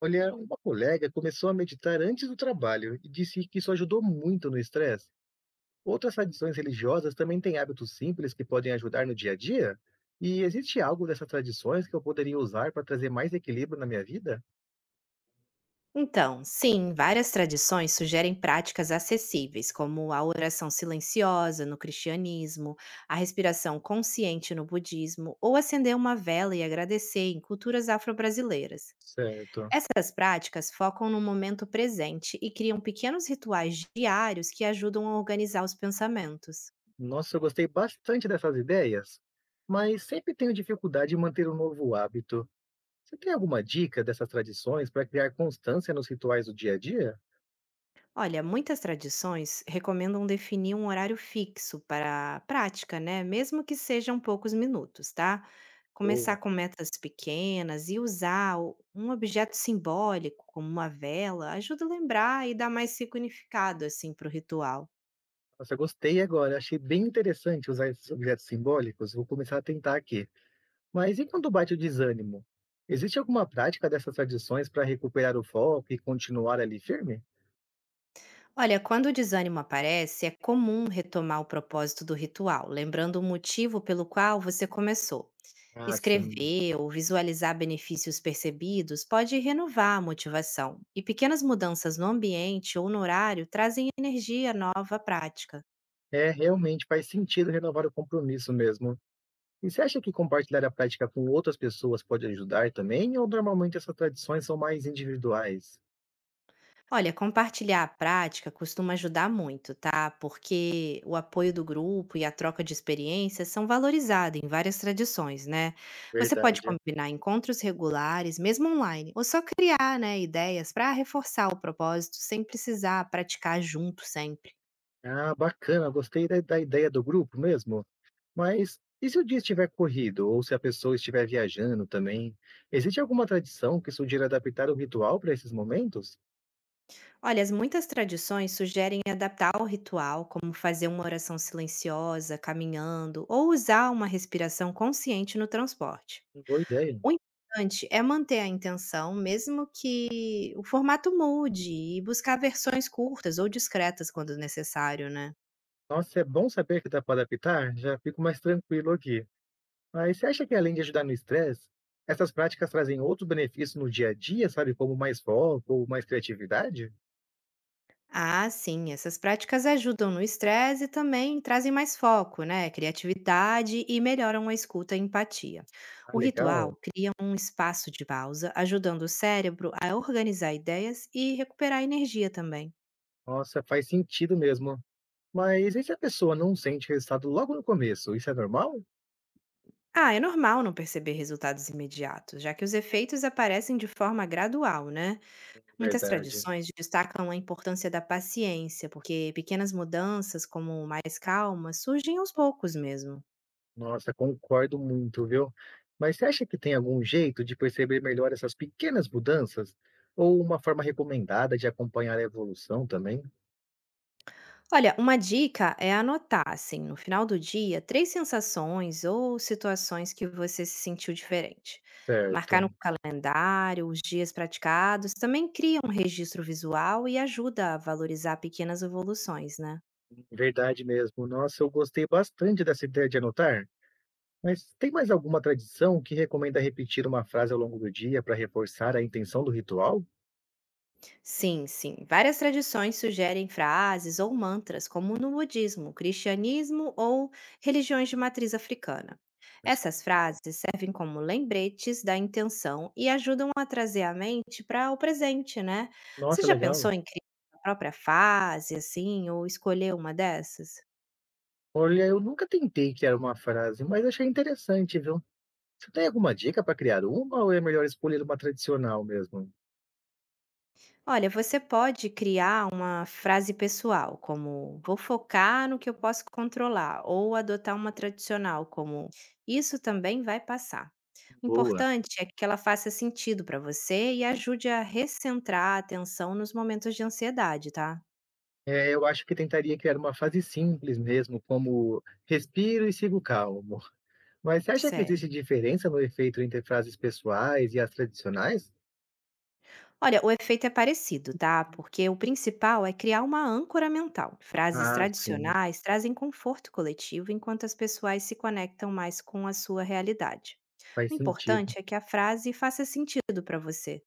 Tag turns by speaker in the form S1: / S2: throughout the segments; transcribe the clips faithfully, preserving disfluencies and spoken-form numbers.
S1: Olha, uma colega começou a meditar antes do trabalho e disse que isso ajudou muito no estresse. Outras tradições religiosas também têm hábitos simples que podem ajudar no dia a dia? E existe algo dessas tradições que eu poderia usar para trazer mais equilíbrio na minha vida?
S2: Então, sim, várias tradições sugerem práticas acessíveis, como a oração silenciosa no cristianismo, a respiração consciente no budismo, ou acender uma vela e agradecer em culturas afro-brasileiras.
S1: Certo.
S2: Essas práticas focam no momento presente e criam pequenos rituais diários que ajudam a organizar os pensamentos.
S1: Nossa, eu gostei bastante dessas ideias, mas sempre tenho dificuldade em manter um novo hábito. Você tem alguma dica dessas tradições para criar constância nos rituais do dia a dia?
S2: Olha, muitas tradições recomendam definir um horário fixo para a prática, né? Mesmo que sejam poucos minutos, tá? Começar
S1: Boa.
S2: com metas pequenas e usar o- um objeto simbólico, como uma vela, ajuda a lembrar e dar mais significado, assim, para o ritual.
S1: Nossa, eu gostei agora. Achei bem interessante usar esses objetos simbólicos. Vou começar a tentar aqui. Mas e quando bate o desânimo? Existe alguma prática dessas tradições para recuperar o foco e continuar ali firme?
S2: Olha, quando o desânimo aparece, é comum retomar o propósito do ritual, lembrando o motivo pelo qual você começou.
S1: Ah, sim.
S2: Escrever ou visualizar benefícios percebidos pode renovar a motivação, e pequenas mudanças no ambiente ou no horário trazem energia nova à prática.
S1: É, realmente faz sentido renovar o compromisso mesmo. E você acha que compartilhar a prática com outras pessoas pode ajudar também? Ou normalmente essas tradições são mais individuais?
S2: Olha, compartilhar a prática costuma ajudar muito, tá? Porque o apoio do grupo e a troca de experiências são valorizados em várias tradições, né? Você pode
S1: Verdade.
S2: combinar encontros regulares, mesmo online, ou só criar, né, ideias para reforçar o propósito sem precisar praticar junto sempre.
S1: Ah, bacana. Gostei da, da ideia do grupo mesmo. Mas e se o dia estiver corrido ou se a pessoa estiver viajando também? Existe alguma tradição que sugira adaptar o ritual para esses momentos?
S2: Olha, as muitas tradições sugerem adaptar o ritual, como fazer uma oração silenciosa, caminhando, ou usar uma respiração consciente no transporte.
S1: Boa ideia.
S2: O importante é manter a intenção, mesmo que o formato mude, e buscar versões curtas ou discretas quando necessário, né?
S1: Nossa, é bom saber que dá para adaptar, já fico mais tranquilo aqui. Mas você acha que além de ajudar no estresse, essas práticas trazem outros benefícios no dia a dia, sabe? Como mais foco ou mais criatividade?
S2: Ah, sim, essas práticas ajudam no estresse e também trazem mais foco, né? Criatividade e melhoram a escuta e empatia.
S1: Ah,
S2: O
S1: legal.
S2: ritual cria um espaço de pausa, ajudando o cérebro a organizar ideias e recuperar energia também.
S1: Nossa, faz sentido mesmo. Mas e se a pessoa não sente resultado logo no começo? Isso é normal?
S2: Ah, é normal não perceber resultados imediatos, já que os efeitos aparecem de forma gradual, né? Muitas
S1: Verdade.
S2: tradições destacam a importância da paciência, porque pequenas mudanças, como mais calma, surgem aos poucos mesmo.
S1: Nossa, concordo muito, viu? Mas você acha que tem algum jeito de perceber melhor essas pequenas mudanças? Ou uma forma recomendada de acompanhar a evolução também?
S2: Olha, uma dica é anotar, assim, no final do dia, três sensações ou situações que você se sentiu diferente. Marcar
S1: Certo,
S2: no calendário os dias praticados também cria um registro visual e ajuda a valorizar pequenas evoluções, né?
S1: verdade mesmo. Nossa, eu gostei bastante dessa ideia de anotar. Mas tem mais alguma tradição que recomenda repetir uma frase ao longo do dia para reforçar a intenção do ritual?
S2: Sim, sim. Várias tradições sugerem frases ou mantras, como no budismo, cristianismo ou religiões de matriz africana. Essas frases servem como lembretes da intenção e ajudam a trazer a mente para o presente, né? Você
S1: Nossa,
S2: já
S1: legal.
S2: pensou em criar a própria fase, assim, ou escolher uma dessas?
S1: Olha, eu nunca tentei criar uma frase, mas achei interessante, viu? Você tem alguma dica para criar uma ou é melhor escolher uma tradicional mesmo?
S2: Olha, você pode criar uma frase pessoal, como vou focar no que eu posso controlar, ou adotar uma tradicional, como isso também vai passar. O
S1: Boa.
S2: importante é que ela faça sentido para você e ajude a recentrar a atenção nos momentos de ansiedade, tá?
S1: É, eu acho que tentaria criar uma fase simples mesmo, como "respiro e sigo calmo". Mas você acha que
S2: Certo.
S1: existe diferença no efeito entre frases pessoais e as tradicionais?
S2: Olha, o efeito é parecido, tá? Porque o principal é criar uma âncora mental. Frases
S1: Ah, sim,
S2: tradicionais trazem conforto coletivo enquanto as pessoas se conectam mais com a sua realidade.
S1: faz
S2: O
S1: sentido.
S2: importante é que a frase faça sentido para você.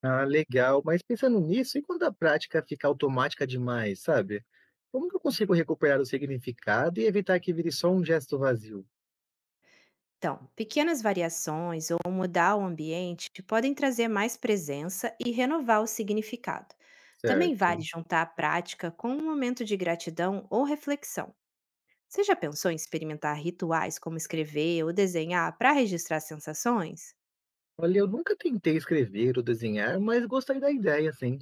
S1: Ah, legal, mas pensando nisso, e quando a prática fica automática demais, sabe? Como que eu consigo recuperar o significado e evitar que vire só um gesto vazio?
S2: Então, pequenas variações ou mudar o ambiente podem trazer mais presença e renovar o significado. Também
S1: Certo.
S2: vale juntar a prática com um momento de gratidão ou reflexão. Você já pensou em experimentar rituais como escrever ou desenhar para registrar sensações?
S1: Olha, eu nunca tentei escrever ou desenhar, mas gostei da ideia, sim.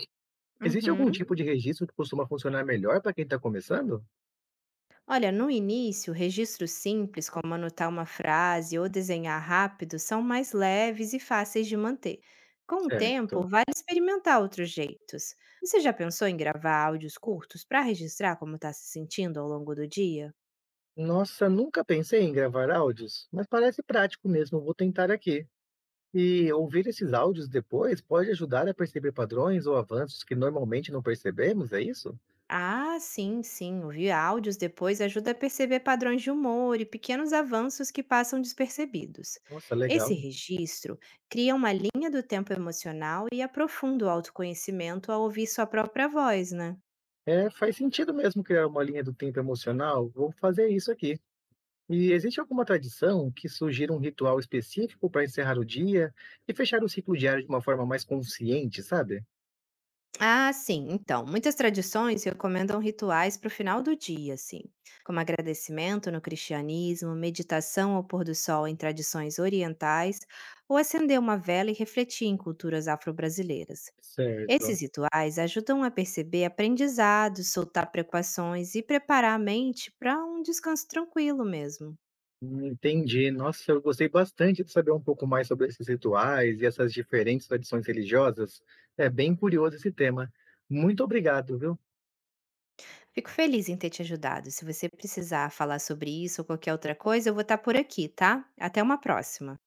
S1: Existe algum
S2: Uhum.
S1: tipo de registro que costuma funcionar melhor para quem está começando?
S2: Olha, no início, registros simples como anotar uma frase ou desenhar rápido são mais leves e fáceis de manter. Com o
S1: Certo.
S2: tempo, vale experimentar outros jeitos. Você já pensou em gravar áudios curtos para registrar como está se sentindo ao longo do dia?
S1: Nossa, nunca pensei em gravar áudios, mas parece prático mesmo, vou tentar aqui. E ouvir esses áudios depois pode ajudar a perceber padrões ou avanços que normalmente não percebemos, é isso?
S2: Ah, sim, sim. Ouvir áudios depois ajuda a perceber padrões de humor e pequenos avanços que passam despercebidos.
S1: Nossa,
S2: Esse
S1: legal.
S2: registro cria uma linha do tempo emocional e aprofunda o autoconhecimento ao ouvir sua própria voz, né?
S1: É, faz sentido mesmo criar uma linha do tempo emocional, vou fazer isso aqui. E existe alguma tradição que sugira um ritual específico para encerrar o dia e fechar o ciclo diário de uma forma mais consciente, sabe?
S2: Ah, sim. Então, muitas tradições recomendam rituais para o final do dia, assim, como agradecimento no cristianismo, meditação ao pôr do sol em tradições orientais, ou acender uma vela e refletir em culturas afro-brasileiras.
S1: Certo.
S2: Esses rituais ajudam a perceber aprendizados, soltar preocupações e preparar a mente para um descanso tranquilo mesmo.
S1: Hum, entendi. Nossa, eu gostei bastante de saber um pouco mais sobre esses rituais e essas diferentes tradições religiosas. É bem curioso esse tema. Muito obrigado, viu?
S2: Fico feliz em ter te ajudado. Se você precisar falar sobre isso ou qualquer outra coisa, eu vou estar por aqui, tá? Até uma próxima.